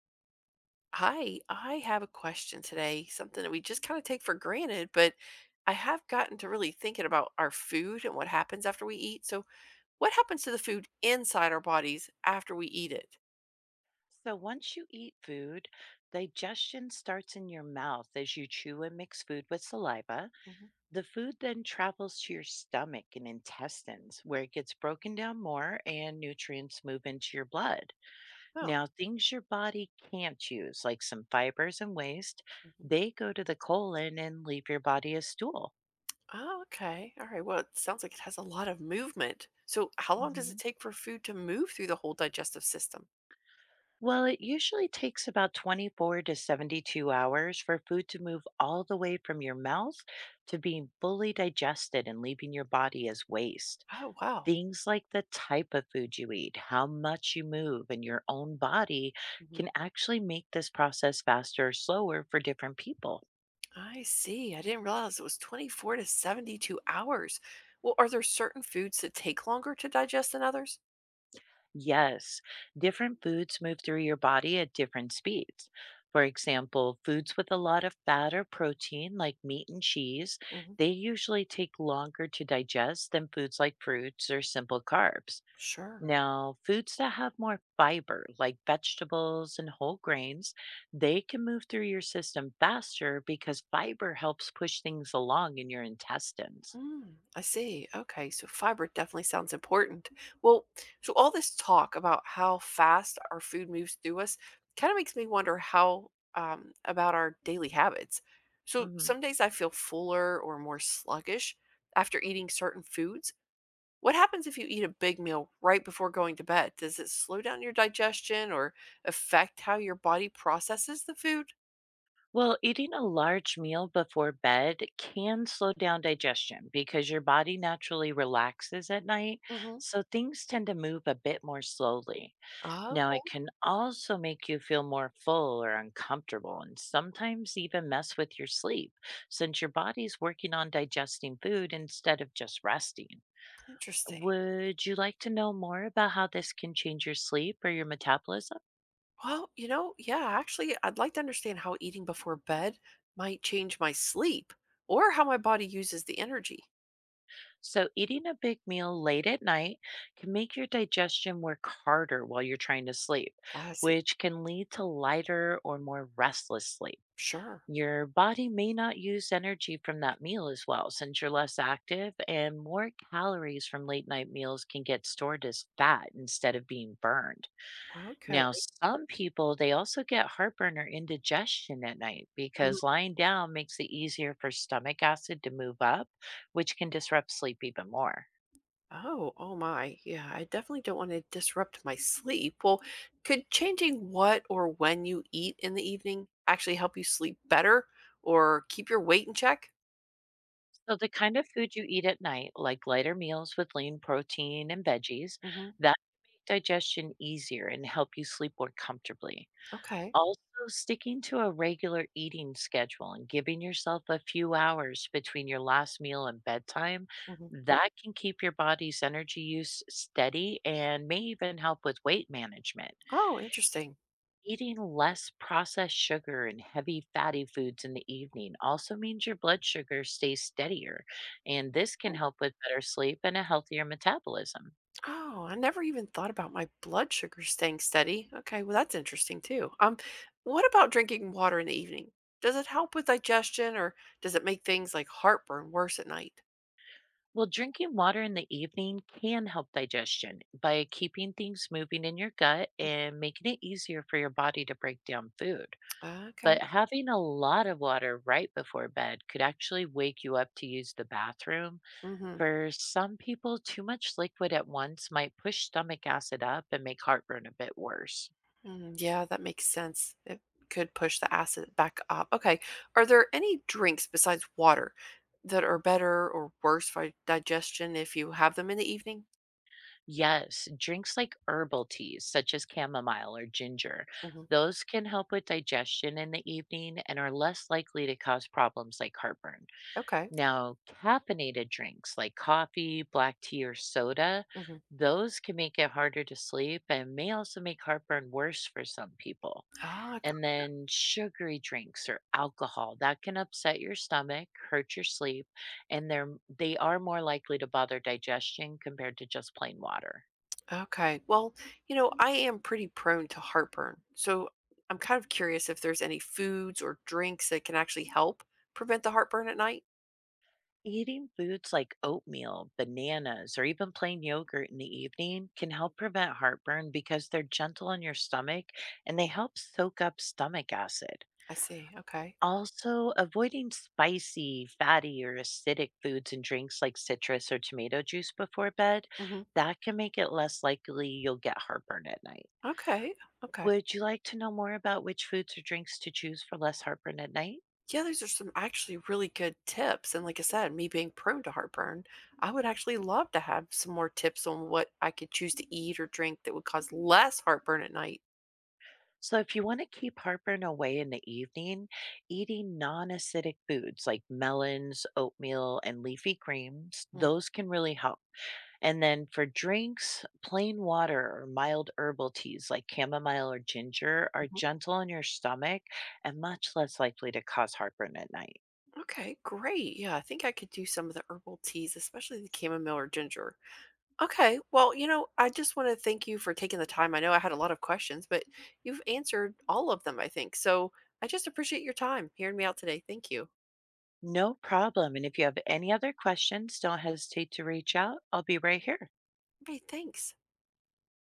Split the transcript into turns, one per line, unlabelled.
Hi, I have a question today, something that we just kind of take for granted, but I have gotten to really thinking about our food and what happens after we eat. So, what happens to the food inside our bodies after we eat it?
So once you eat food, digestion starts in your mouth as you chew and mix food with saliva.
Mhm.
The food then travels to your stomach and intestines, where it gets broken down more and nutrients move into your blood.
Oh.
Now, things your body can't use, like some fibers and waste,
Mhm.
they go to the colon and leave your body as stool.
Oh, okay. All right. Well, it sounds like it has a lot of movement. So, how long does it
hmm
take for food to move through the whole digestive system?
Well, it usually takes about 24 to 72 hours for food to move all the way from your mouth to being fully digested and leaving your body as waste.
Oh, wow.
Things like the type of food you eat, how much you move, and your own body
Mhm.
can actually make this process faster or slower for different people.
I see. I didn't realize it was 24 to 72 hours. Well, are there certain foods that take longer to digest than others?
Yes, different foods move through your body at different speeds. For example, foods with a lot of fat or protein, like meat and cheese,
Mhm.
they usually take longer to digest than foods like fruits or simple carbs.
Sure.
Now, foods that have more fiber, like vegetables and whole grains, they can move through your system faster because fiber helps push things along in your intestines.
Mm, I see. Okay, so fiber definitely sounds important. Well, so all this talk about how fast our food moves through us kind of makes me wonder how about our daily habits. So
Mhm.
some days I feel fuller or more sluggish after eating certain foods. What happens if you eat a big meal right before going to bed? Does it slow down your digestion or affect how your body processes the food?
Well, eating a large meal before bed can slow down digestion because your body naturally relaxes at night,
Hmm.
so things tend to move a bit more slowly.
Oh,
Now, it can also make you feel more full or uncomfortable and sometimes even mess with your sleep since your body's working on digesting food instead of just resting.
interesting.
Would you like to know more about how this can change your sleep or your metabolism?
Well, yeah, actually, I'd like to understand how eating before bed might change my sleep or how my body uses the energy.
So, eating a big meal late at night can make your digestion work harder while you're trying to sleep,
I see.
which can lead to lighter or more restless sleep.
Sure.
Your body may not use energy from that meal as well, since you're less active, and more calories from late night meals can get stored as fat instead of being burned.
Okay.
Now, some people, they also get heartburn or indigestion at night because
Mhm.
lying down makes it easier for stomach acid to move up, which can disrupt sleep even more.
Oh, oh my. Yeah, I definitely don't want to disrupt my sleep. Well, could changing what or when you eat in the evening actually help you sleep better or keep your weight in check?
So the kind of food you eat at night, like lighter meals with lean protein and veggies,
Hmm.
that can make digestion easier and help you sleep more comfortably.
Okay.
Also, sticking to a regular eating schedule and giving yourself a few hours between your last meal and bedtime,
Hmm.
that can keep your body's energy use steady and may even help with weight management.
Oh, interesting.
Eating less processed sugar and heavy fatty foods in the evening also means your blood sugar stays steadier, and this can help with better sleep and a healthier metabolism.
Oh, I never even thought about my blood sugar staying steady. Okay, well that's interesting too. What about drinking water in the evening? Does it help with digestion or does it make things like heartburn worse at night?
Well, drinking water in the evening can help digestion by keeping things moving in your gut and making it easier for your body to break down food.
Ah, okay.
But having a lot of water right before bed could actually wake you up to use the bathroom.
Mm-hmm.
For some people, too much liquid at once might push stomach acid up and make heartburn a bit worse.
Mm, yeah, that makes sense. It could push the acid back up. Okay. Are there any drinks besides water that are better or worse for digestion if you have them in the evening?
Yes, drinks like herbal teas, such as chamomile or ginger,
Hmm.
those can help with digestion in the evening and are less likely to cause problems like heartburn.
Okay.
Now, caffeinated drinks like coffee, black tea, or soda, those can make it harder to sleep and may also make heartburn worse for some people.
Mm-hmm.
And then sugary drinks or alcohol that can upset your stomach, hurt your sleep, and they are more likely to bother digestion compared to just plain water.
Okay. Well, I am pretty prone to heartburn. So I'm kind of curious if there's any foods or drinks that can actually help prevent the heartburn at night.
Eating foods like oatmeal, bananas, or even plain yogurt in the evening can help prevent heartburn because they're gentle on your stomach and they help soak up stomach acid.
I see. Okay.
Also, avoiding spicy, fatty, or acidic foods and drinks like citrus or tomato juice before bed,
Hmm.
that can make it less likely you'll get heartburn at night.
Okay. Okay.
Would you like to know more about which foods or drinks to choose for less heartburn at night?
Yeah, these are some actually really good tips. And like I said, me being prone to heartburn, I would actually love to have some more tips on what I could choose to eat or drink that would cause less heartburn at night.
So, if you want to keep heartburn away in the evening, eating non acidic foods like melons, oatmeal, and leafy greens,
Mm.
those can really help. And then for drinks, plain water or mild herbal teas like chamomile or ginger are
Mhm.
gentle on your stomach and much less likely to cause heartburn at night.
Okay, great. Yeah, I think I could do some of the herbal teas, especially the chamomile or ginger. Okay. Well, I just want to thank you for taking the time. I know I had a lot of questions, but you've answered all of them, I think. So I just appreciate your time hearing me out today. Thank you.
No problem. And if you have any other questions, don't hesitate to reach out. I'll be right here.
Okay. Thanks.